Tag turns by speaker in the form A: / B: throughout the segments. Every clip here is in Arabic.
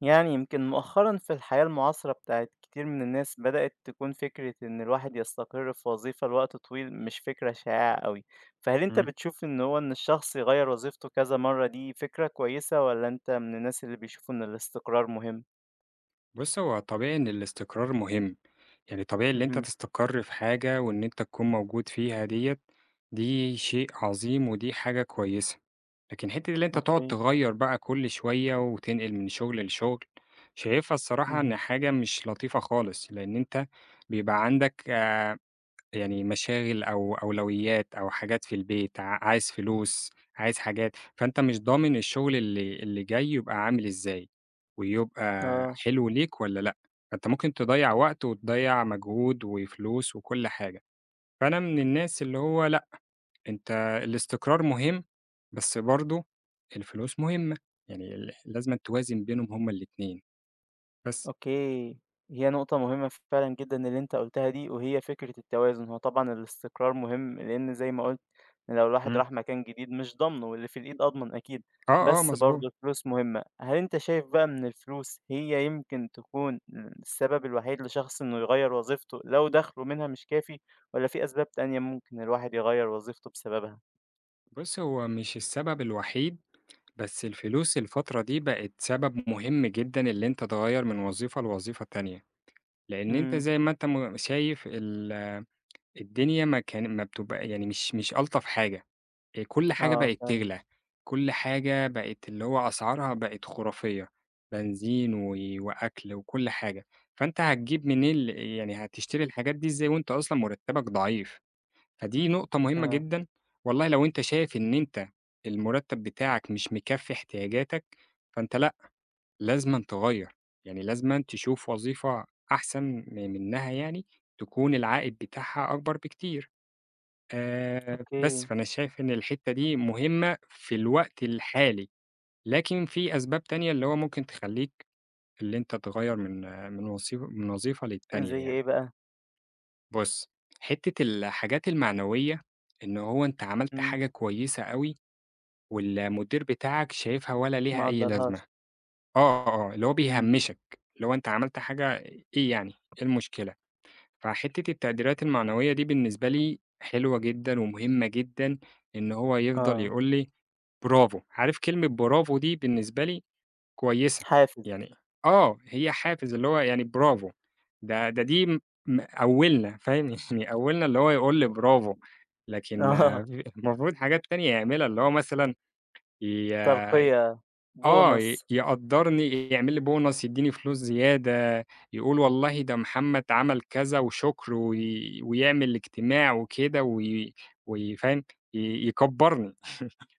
A: يعني يمكن مؤخرا في الحياة المعاصرة بتاعت كتير من الناس بدأت تكون فكرة إن الواحد يستقر في وظيفة لوقت طويل مش فكرة شائعة قوي. فهل أنت
B: إمم.
A: بتشوف إن الشخص يغير وظيفته كذا مرة دي فكرة كويسة، ولا أنت من الناس اللي بيشوفوا إن الاستقرار مهم؟
B: بُص، هو طبيعي إن الاستقرار مهم، يعني طبيعي اللي أنت
A: مهم.
B: تستقر في حاجة وإن أنت تكون موجود فيها ديّة، دي شيء عظيم ودي حاجة كويسة، لكن حتّة اللي أنت تقعد
A: أوكي.
B: تغيّر بقى كل شوية وتنقل من شغل لشغل، شايفها الصراحة
A: مهم.
B: إن حاجة مش لطيفة خالص، لإن أنت بيبقى عندك يعني مشاغل أو أولويات أو حاجات في البيت، عايز فلوس، عايز حاجات، فأنت مش ضامن الشغل اللي جاي يبقى عامل إزاي، ويبقى
A: آه.
B: حلو ليك والّا لأ، فأنت ممكن تضيّع وقت وتضيّع مجهود وفلوس وكل حاجة، فأنا من الناس اللي هو لأ، أنت الاستقرار مهم، بس برضه الفلوس مهمة، يعني لازمًا توازن بينهم هُم الاتنين، بس.
A: أوكي، هي نقطة مهمة فعلًا جدًا اللي أنت قُلتها دي، وهي فكرة التوازن، هو طبعًا الاستقرار مهم، لإن زي ما قُلت إن لو الواحد
B: إمم.
A: راح مكان جديد مش ضامنه، واللي في الإيد أضمن أكيد،
B: آه، آه،
A: بس
B: مضبوط.
A: برضه الفلوس مهمة. هل أنت شايف بقى إن الفلوس هي يمكن تكون السبب الوحيد لشخص إنه يغيّر وظيفته لو دخله منها مش كافي، والّا في أسباب تانية ممكن الواحد يغيّر وظيفته بسببها؟
B: بُص، هو مش السبب الوحيد بس الفلوس الفترة دي بقت سبب مهم جدًا اللي أنت تغيّر من وظيفة لوظيفة تانية، لإن أنت
A: إمم،
B: زي ما أنت شايف الدنيا ما بتبقى يعني مش ألطف حاجة، كل حاجة
A: آه
B: بقت
A: فعلًا،
B: تغلى، كل حاجة بقت اللي هو أسعارها بقت خرافية، بنزين وأكل وكل حاجة، فأنت هتجيب منين يعني هتشتري الحاجات دي إزاي وأنت أصلًا مرتبك ضعيف؟ فدي نقطة مهمة
A: آه،
B: جدًا، والله لو أنت شايف إن أنت المرتب بتاعك مش مكفّي احتياجاتك، فأنت لأ، لازمًا تغيّر، يعني لازمًا تشوف وظيفة أحسن منها يعني، تكون العائد بتاعها أكبر بكتير، بس
A: أوكي،
B: فأنا شايف إن الحتّة دي مهمة في الوقت الحالي، لكن في أسباب تانية اللي هو ممكن تخلّيك اللي أنت تغيّر من من وظيفة للتانية
A: زي
B: يعني.
A: إيه بقى؟
B: بُص، حتّة الحاجات المعنوية، إن هو أنت عملت
A: إمم،
B: حاجة كويسة أوي والمدير بتاعك شايفها ولا ليها
A: ما
B: أي
A: قدّرهاش،
B: لازمة، آه، آه، آه، اللي هو
A: إمم،
B: بيهمّشك، اللي هو أنت عملت حاجة إيه يعني، إيه المشكلة؟ فحتّة التقديرات المعنوية دي بالنسبة لي حلوة جدًا ومهمة جدًا، إن هو يفضل
A: آه،
B: يقول لي برافو، عارف كلمة برافو دي بالنسبة لي كويسة،
A: حافز.
B: يعني آه، هي حافز اللي هو يعني برافو، ده ده دي م مقوّلنا فاهم، يعني قوّلنا اللي هو يقول لي برافو، لكن آه،
A: آه،
B: المفروض حاجات تانية يعملها، اللي هو مثلًا ي
A: ترقية،
B: آه، ي
A: بونص،
B: يقدّرني، يعمل لي bonus، يدّيني فلوس زيادة، يقول والله ده محمد عمل كذا وشكر، ويعمل اجتماع وكده، وي وي فاهم، يكبّرني.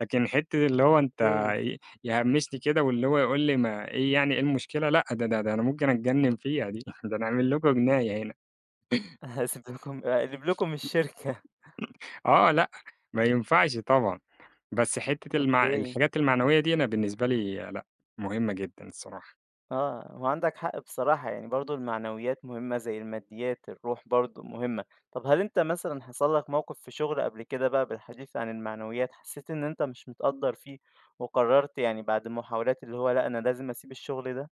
B: لكن حتّة اللي هو أنت
A: أوكي.
B: ي يهمّشني كده واللي هو يقول لي ما إيه يعني إيه المشكلة، لأ ده أنا ممكن أتجنّن فيها دي، ده أنا أعمل لكم جناية هنا.
A: هاسيب لكم أقلب لكم الشركة.
B: آه لأ، ما ينفعش طبعًا، بس حتّة
A: أوكي.
B: الحاجات المعنوية دي أنا بالنسبة لي لأ، مهمة جدًا الصراحة.
A: آه، هو عندك حق بصراحة، يعني برضه المعنويات مهمة زي الماديات، الروح برضه مهمة. طب هل أنت مثلًا حصل لك موقف في شغل قبل كده بقى، بالحديث عن المعنويات، حسيت إن أنت مش متقدّر فيه وقررت يعني بعد محاولات اللي هو لأ، أنا لازم أسيب الشغل ده؟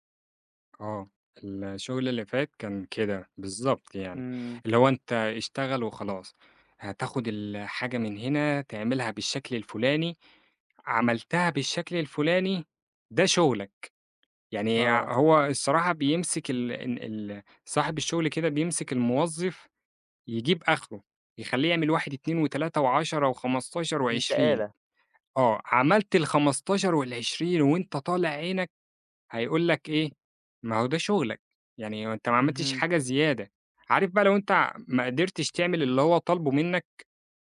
B: آه، الشغل اللي فات كان كده، بالضبط يعني،
A: إمم،
B: اللي هو أنت اشتغل وخلاص، هتاخد الحاجة من هنا تعملها بالشكل الفلاني، عملتها بالشكل الفلاني، ده شغلك. يعني
A: آه،
B: هو الصراحة بيمسك ال ال ال صاحب الشغل كده بيمسك الموظف يجيب آخره، يخلّيه يعمل 1، 2، و3، و10، و15، و20
A: انتقالة،
B: آه، عملت ال15 وال20 وأنت طالع عينك هيقول لك إيه، ما هو ده شغلك، يعني أنت ما عملتش
A: اهم،
B: حاجة زيادة. عارف بقى لو أنت ما قدرتش تعمل اللي هو طالبه منك،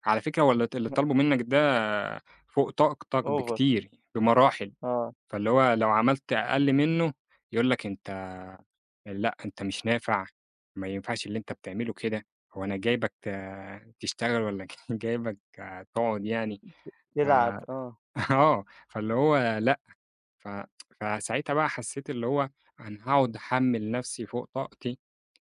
B: على فكرة هو اللي
A: لأ،
B: طالبه منك ده فوق طاقتك
A: over،
B: بكتير، بمراحل.
A: آه،
B: فاللي هو لو عملت أقل منّه يقول لك أنت لأ، أنت مش نافع، ما ينفعش اللي أنت بتعمله كده، هو أنا جايبك تشتغل والّا جايبك تقعد يعني، ف
A: تلعب، آه،
B: آه، فاللي هو لأ، ف فساعتها بقى حسّيت اللي هو أنا هاقعد أحمّل نفسي فوق طاقتي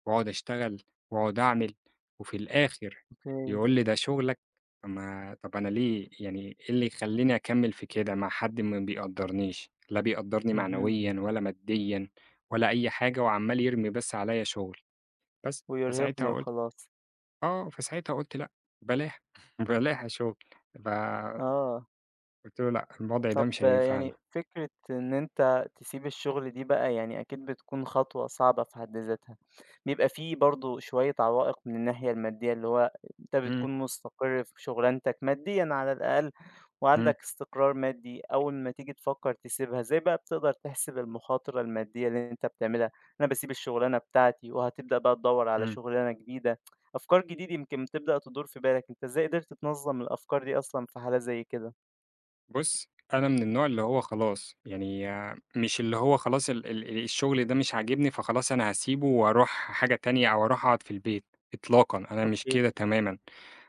B: وأقعد أشتغل وأقعد أعمل، وفي الآخر
A: أوكي،
B: يقول لي ده شغلك، طب ما طب أنا ليه يعني إيه اللي يخلّيني أكمّل في كده مع حد ما بيقدّرنيش، لا بيقدّرني
A: اهم،
B: معنويًا ولا ماديًا ولا أي حاجة وعمّال يرمي بس عليّا شغل، بس. فساعتها
A: ويرهقني
B: قُلت
A: وخلاص.
B: آه، فساعتها قُلت لأ، بلاها بلاها شغل، فقُلت
A: آه،
B: له: "لأ، الوضع ده
A: طب
B: مش هينفعني."
A: يعني فكرة إن أنت تسيب الشغل دي بقى يعني أكيد بتكون خطوة صعبة في حد ذاتها، بيبقى في برضه شوية عوائق من الناحية المادية، اللي هو أنت
B: إمم،
A: بتكون مستقر في شغلانتك ماديًا على الأقل،
B: إمم،
A: وعندك استقرار مادي. أول ما تيجي تفكر تسيبها، إزاي بقى بتقدر تحسب المخاطرة المادية اللي أنت بتعملها؟ أنا باسيب الشغلانة بتاعتي وهتبدأ بقى تدوّر على
B: إمم.
A: شغلانة جديدة، أفكار جديدة يمكن بتبدأ تدور في بالك، أنت إزاي قدرت تنظم الأفكار دي أصلًا في حالة زي كده؟
B: بُص، أنا من النوع اللي هو خلاص، يعني آه، مش اللي هو خلاص ال ال الشغل ده مش عاجبني فخلاص أنا هاسيبه وأروح حاجة تانية أو أروح أقعد في البيت، إطلاقًا، أنا مش
A: أوكي.
B: كده تمامًا.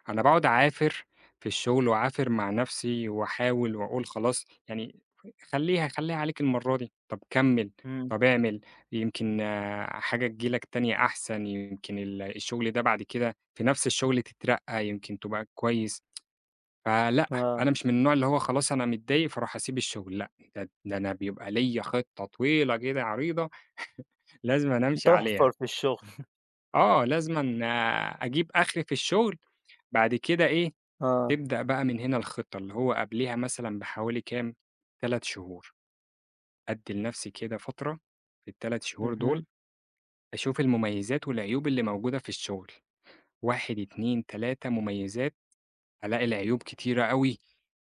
B: أنا باقعد أعافر في الشغل وأعافر مع نفسي وأحاول وأقول خلاص يعني خلّيها، خلّيها عليك المرّة دي، طب كمّل،
A: إمم،
B: طب اعمل، يمكن آه، حاجة تيجي لك تانية أحسن، يمكن الشغل ده بعد كده في نفس الشغل تترقّى، يمكن تبقى كويس. فلأ،
A: آه،
B: أنا مش من النوع اللي هو خلاص أنا متضايق فاروح أسيب الشغل، لأ، ده أنا بيبقى ليّا خطة طويلة كده عريضة لازمًا أمشي عليها،
A: تُحفر في الشغل،
B: آه، لازمًا أجيب آخري في الشغل، بعد كده إيه،
A: آه،
B: تبدأ بقى من هنا الخطة، اللي هو قبليها مثلًا بحوالي كام، 3 شهور، أدّي لنفسي كده فترة في ال3 شهور دول
A: اهم،
B: أشوف المميزات والعيوب اللي موجودة في الشغل، 1، 2، 3 مميزات ألاقي العيوب كتيرة أوي،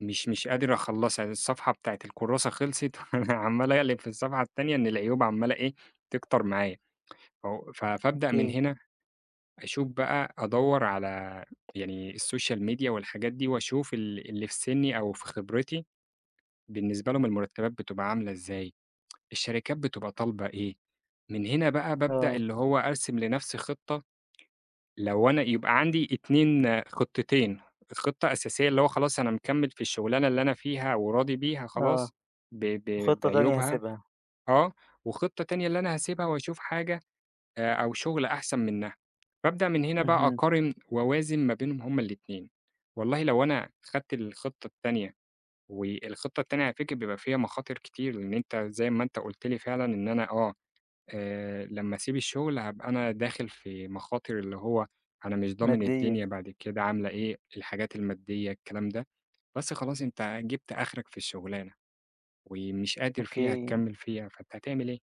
B: مش قادر أخلّصها، يعني الصفحة بتاعة الكُرّاسة خلصت وأنا عمّال أقلب في الصفحة التانية إن العيوب عمّالة إيه، تكتر معايا، أو فابدأ من
A: أوكي،
B: هنا أشوف بقى أدوّر على يعني الSocial media والحاجات دي وأشوف اللي في سِنّي أو في خبرتي بالنسبة لهم المرتبات بتبقى عاملة إزاي، الشركات بتبقى طالبة إيه، من هنا بقى بابدأ
A: آه،
B: اللي هو أرسم لنفسي خطة لو أنا يبقى عندي 2 خطتين، خطة أساسية اللي هو خلاص أنا مكمّل في الشغلانة اللي أنا فيها وراضي بيها
A: آه،
B: خلاص ب ب
A: خطة تانية
B: بعيوبها
A: هاسيبها،
B: آه، وخطة تانية اللي أنا هاسيبها وأشوف حاجة أو شغل أحسن منها، فابدأ من هنا بقى
A: اهم،
B: أقارن وأوازن ما بينهم هُم الاتنين، والله لو أنا خدت الخطة التانية والخطة التانية على فكرة بيبقى فيها مخاطر كتير، لإن أنت زي ما أنت قُلت لي فعلًا إن أنا آه، لمّا أسيب الشغل هابقى أنا داخل في مخاطر اللي هو أنا مش ضامن
A: مادية،
B: الدنيا بعد كده عاملة إيه، الحاجات المادية الكلام ده، بس خلاص أنت جِبت آخرك في الشغلانة ومش قادر فيها
A: أوكي،
B: تكمّل فيها، فأنت هتعمل إيه؟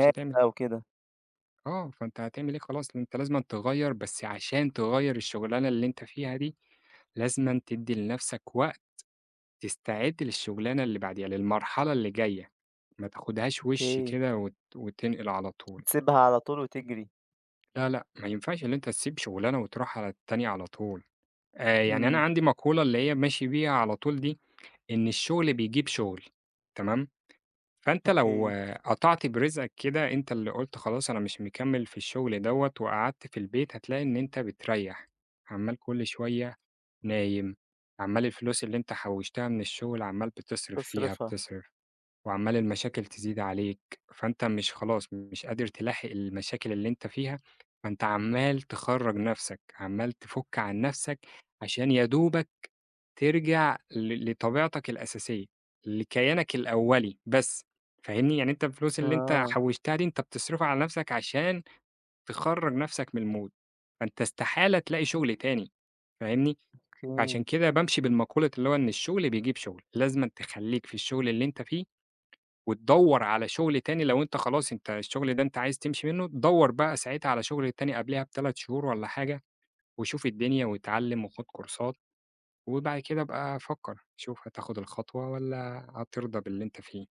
B: مش هتعمل
A: بقى وكده،
B: آه، فأنت هتعمل إيه خلاص أنت لازمًا تغيّر، بس عشان تغيّر الشغلانة اللي أنت فيها دي لازمًا تدّي لنفْسك وقت تستعد للشغلانة اللي بعديها، للمرحلة اللي جاية، ما تاخدهاش وِش
A: أوكي،
B: كده وتنقل على طول.
A: تسيبها على طول وتجري،
B: لا، لأ، ما ينفعش اللي أنت تسيب شغلانة وتروح على التانية على طول. يعني أنا
A: إمم،
B: عندي مقولة اللي هي ماشي بيها على طول دي، إن الشغل بيجيب شغل، تمام؟ فأنت لو
A: أوكي،
B: آه، قطعت برزقك كده، أنت اللي قُلت خلاص أنا مش مكمّل في الشغل دوّة وقعدت في البيت، هتلاقي إن أنت بتريّح، عمّال كل شوية نايم، عمّال الفلوس اللي أنت حوّشتها من الشغل عمّال بتصرف فيها،
A: تصريفها،
B: بتصرف. وعمّال المشاكل تزيد عليك، فأنت مش خلاص مش قادر تلاحق المشاكل اللي أنت فيها، فأنت عمّال تخرّج نَفْسك، عمّال تفُك عن نَفْسك عشان يا دوبك ترجع لطبيعتك الأساسية، لكيانك الأولي بس، فاهمني؟ يعني أنت الفلوس اللي أنت
A: آه،
B: حوّشتها دي أنت بتصرفها على نَفْسك عشان تخرّج نَفْسك من الmood، فأنت استحالة تلاقي شُغل تاني، فاهمني؟ فعشان
A: أوكي.
B: كده بامشي بالمقولة اللي هو إن الشُغل بيجيب شُغل، لازمًا تخلّيك في الشُغل اللي أنت فيه وتدوّر على شغل تاني لو أنت خلاص أنت الشغل ده أنت عايز تمشي منه، دوّر بقى ساعتها على شغل تاني قبلها ب3 شهور والّا حاجة، وشوف الدنيا واتعلّم وخُد كورسات، وبعد كده ابقى فكّر، شوف هتاخد الخطوة والّا هترضى باللي أنت فيه.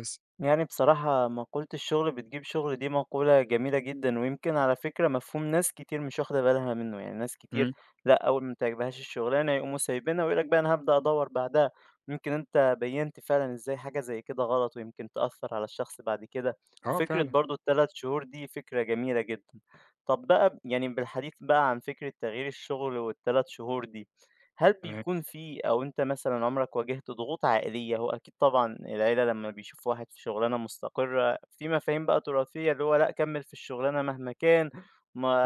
B: بس.
A: يعني بصراحة مقولة الشغل بتجيب شغل دي مقولة جميلة جدًا، ويمكن على فكرة مفهوم ناس كتير مش واخدة بالها منه. يعني ناس كتير
B: إمم.
A: لأ، أول ما تعجبهاش الشغلانة يقوموا سايبينها ويقول لك بقى أنا هابدأ أدوّر بعدها. يمكن أنت بيّنت فعلًا إزاي حاجة زي كده غلط ويمكن تأثّر على الشخص بعد كده،
B: آه
A: وفكرة
B: فعلًا.
A: برضه ال3 شهور دي فكرة جميلة جدًا. طب بقى يعني بالحديث بقى عن فكرة تغيير الشغل وال3 شهور دي، هل
B: تمام.
A: بيكون في، أو أنت مثلًا عمرك واجهت ضغوط عائلية؟ هو أكيد طبعًا العيلة لمّا بيشوفوا واحد في شغلانة مستقرة، في مفاهيم بقى تراثية اللي هو لأ كمّل في الشغلانة مهما كان،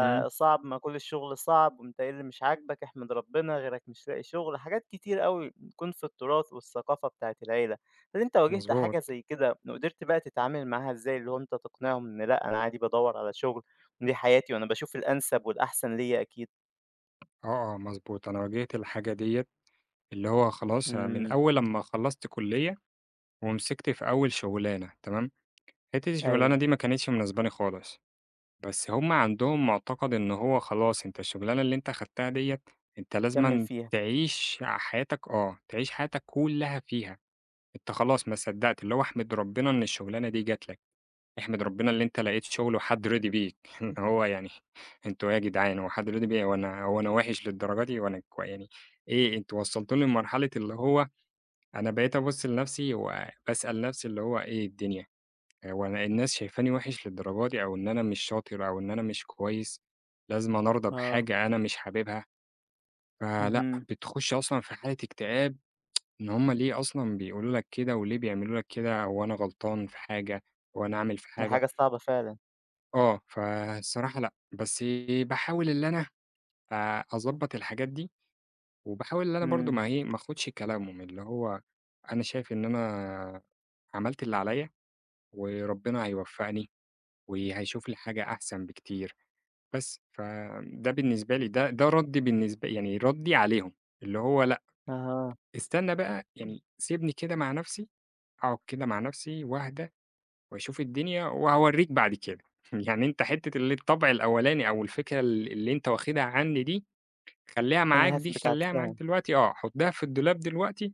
B: إمم.
A: صعب ما كل الشغل صعب، وأنت إيه اللي مش عاجبك، احمد ربنا غيرك مش لاقي شغل، حاجات كتير أوي بتكون في التراث والثقافة بتاعة العيلة. هل أنت واجهت
B: مضبوط.
A: حاجة زي كده وقدرت بقى تتعامل معاها إزاي؟ اللي هو أنت تقنعهم إن لأ أنا عادي بادوّر على شغل، ودي حياتي وأنا باشوف الأنسب والأحسن ليّا أكيد.
B: آه، آه مضبوط. أنا واجهت الحاجة ديّة، اللي هو خلاص من
A: إمم،
B: أول لمّا خلّصت كُلّية ومسكت في أول شغلانة تمام، حتّة الشغلانة
A: أيوه،
B: دي ما كانتش مناسباني خالص. بس هم عندهم معتقد إن هو خلاص أنت الشغلانة اللي أنت أخدتها ديّة، أنت
A: كمّل
B: لازمًا
A: فيها.
B: تعيش حياتك آه، تعيش حياتك كلّها فيها، أنت خلاص ما صدّقت، اللي هو احمد ربنا إن الشغلانة دي جات لك، احمد ربنا اللي أنت لقيت شغل وحد رضي بيك، إن هو يعني أنتم إيه يا جدعان هو حد رضي بيّا، هو أنا وِحِش للدرجة دي، هو أنا كو يعني إيه أنتم وصّلتوني لمرحلة اللي هو أنا بقيت أبُص لنفسي وباسأل نفسي اللي هو إيه الدنيا هو أنا الناس شايفاني وِحِش للدرجة دي أو إن أنا مش شاطر أو إن أنا مش كويس، لازمًا أرضى
A: آه،
B: بحاجة أنا مش حاببها، فلأ،
A: اهم.
B: بتخُش أصلًا في حالة اكتئاب إن هم ليه أصلًا بيقولوا لك كده وليه بيعملوا لك كده، هو أنا غلطان في حاجة، هو أنا أعمل في
A: دي
B: حاجة؟
A: حاجة صعبة فعلًا.
B: آه، فالصراحة لأ، بس باحاول اللي أنا أضبّط الحاجات دي وباحاول اللي أنا برضه
A: إمم،
B: ما آخُدش كلامهم، اللي هو أنا شايف إن أنا عملت اللي عليّا وربنا هيوفّقني وهيشوف لي حاجة أحسن بكتير. بس، فده بالنسبة لي ده ردّي بالنسبة يعني ردّي عليهم، اللي هو لأ،
A: أها.
B: استنى بقى يعني سيبني كده مع نفسي، أقعد كده مع نفسي وأهدى وأشوف الدنيا وهاورّيك بعد كده. يعني أنت حتّة الطبع الأولاني أو الفكرة اللي أنت واخدها عني دي، خلّيها معاك
A: أنا
B: دي،
A: هاثبت
B: خلّيها معاك
A: عكسها،
B: دلوقتي آه، حُطّها في الدولاب دلوقتي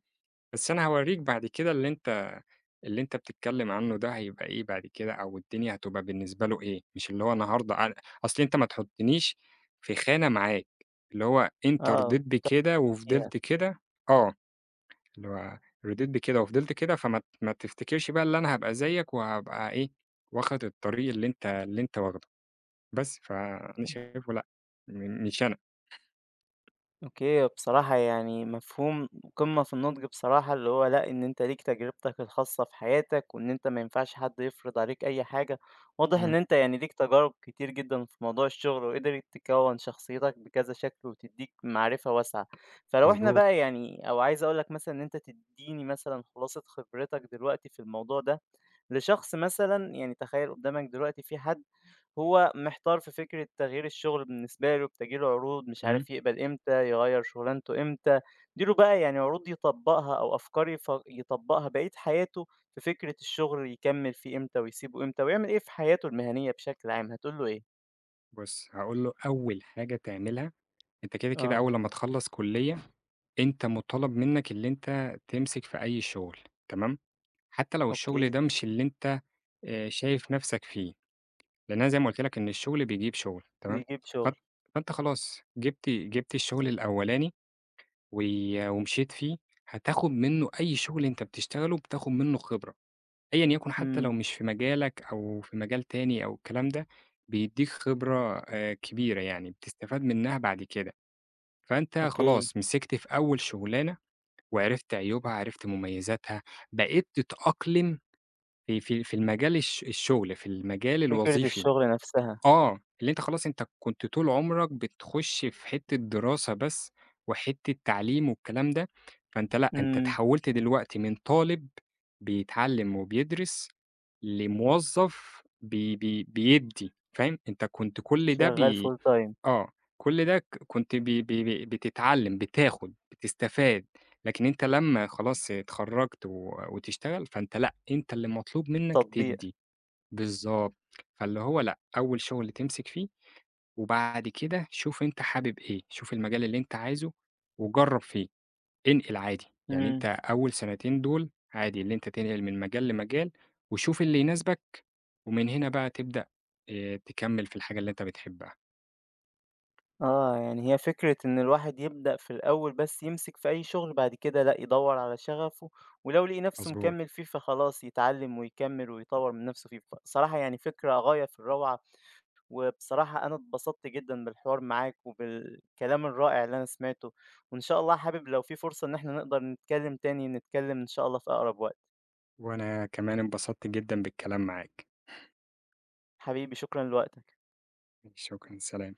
B: بس أنا هاورّيك بعد كده اللي أنت بتتكلّم عنّه ده هيبقى إيه بعد كده أو الدنيا هتبقى بالنسبة له إيه، مش اللي هو النهارده أنا أصل أنت ما تحُطّنيش في خانة معاك، اللي هو أنت
A: آه،
B: رضيت بكده
A: تحفظي فيها.
B: وفضلت كده آه، اللي هو رضيت بكده وفضلت كده فما ت ما تفتكرش بقى اللي أنا هابقى زيّك وهابقى إيه، واخد الطريق اللي أنت واخده، بس. فأنا شايفه لأ، مش أنا.
A: أوكي، بصراحة يعني مفهوم قمة في النضج بصراحة، اللي هو لأ، إن أنت ليك تجربتك الخاصة في حياتك، وإن أنت ما ينفعش حد يفرض عليك أي حاجة. واضح
B: إمم،
A: إن أنت يعني ليك تجارب كتير جدًا في موضوع الشغل، وقدرت تكوّن شخصيتك بكذا شكل وتدّيك معرفة واسعة. فلو إحنا
B: مضبوط.
A: بقى يعني، أو عايز أقول لك مثلًا إن أنت تدّيني مثلًا خلاصة خبرتك دلوقتي في الموضوع ده، لشخص مثلًا، يعني تخيّل قدّامك دلوقتي في حد هو محتار في فكرة تغيير الشغل بالنسبة له، بتجِه له عروض مش
B: إمم،
A: عارف يقبل إمتى، يغيّر شغلانته إمتى، تيجي له بقى يعني عروض يطبّقها أو أفكار يطبّقها بقية حياته في فكرة الشغل يكمّل فيه إمتى ويسيبه إمتى ويعمل إيه في حياته المهنية بشكل عام، هتقول له إيه؟
B: بُص هاقول له أول حاجة تعملها أنت كده، كده
A: آه،
B: أول لمّا تخلّص كُلّية، أنت مُطالب منّك اللي أنت تمسك في أي شُغل تمام، حتى لو الشُغل
A: أوكي.
B: ده مش اللي أنت شايف نَفْسك فيه، لإن أنا زي ما قُلت لك إن الشُغل بيجيب شُغل تمام،
A: بيجيب
B: فأن
A: شغل.
B: فأنت خلاص جِبت الشُغل الأولاني و ومشيت فيه، هتاخُد منّه أي شُغل أنت بتشتغله بتاخُد منّه خبرة، أيًا يكُن حتى لو
A: إمم،
B: مش في مجالك أو في مجال تاني أو الكلام ده، بيدّيك خبرة كبيرة يعني بتستفاد منّها بعد كده. فأنت
A: أوكي.
B: خلاص مسكت في أول شغلانة وعرفت عيوبها، عرفت مميزاتها، بقيت تتأقلم في المجال الشغل، في المجال
A: فكرة
B: الوظيفي.
A: الشغل نفسها.
B: آه، اللي أنت خلاص أنت كنت طول عمرك بتخش في حتة دراسة بس وحتة تعليم والكلام ده، فأنت لأ، أنت
A: إمم.
B: اتحولت دلوقتي من طالب بيتعلم وبيدرس لموظف بي بي بيدّي، فاهم؟ أنت كنت كل ده
A: شغّال full time،
B: آه، كل ده كنت ب ب ب بتتعلّم، بتاخُد، بتستفاد، لكن أنت لمّا خلاص اتخرّجت وتشتغل، فأنت لأ، أنت اللي مطلوب منّك
A: تطبيق.
B: تدّي، بالضبط، فاللي هو لأ، أول شُغل تمسك فيه، وبعد كده شوف أنت حابب إيه، شوف المجال اللي أنت عايزه وجرّب فيه، انقل عادي، يعني أنت
A: إمم.
B: أول سنتين دول عادي اللي أنت تنقل من مجال لمجال، وشوف اللي يناسبك، ومن هنا بقى تبدأ تكمّل في الحاجة اللي أنت بتحبها،
A: آه، يعني هي فكرة إن الواحد يبدأ في الأول بس يمسك في أي شغل، بعد كده لأ، يدوّر على شغفه، ولو لقي نفسه
B: مضبوط.
A: مكمّل فيه فخلاص يتعلّم ويكمّل ويطوّر من نفسه فيه. بصراحة يعني فكرة غاية في الروعة، وبصراحة أنا اتبسطت جدًا بالحوار معاك وبالكلام الرائع اللي أنا سمعته، وإن شاء الله حابب لو في فرصة إن إحنا نقدر نتكلّم تاني، نتكلّم إن شاء الله في أقرب وقت.
B: وأنا كمان انبسطت جدًا بالكلام معاك.
A: حبيبي شكرًا لوقتك.
B: شكرًا، سلام.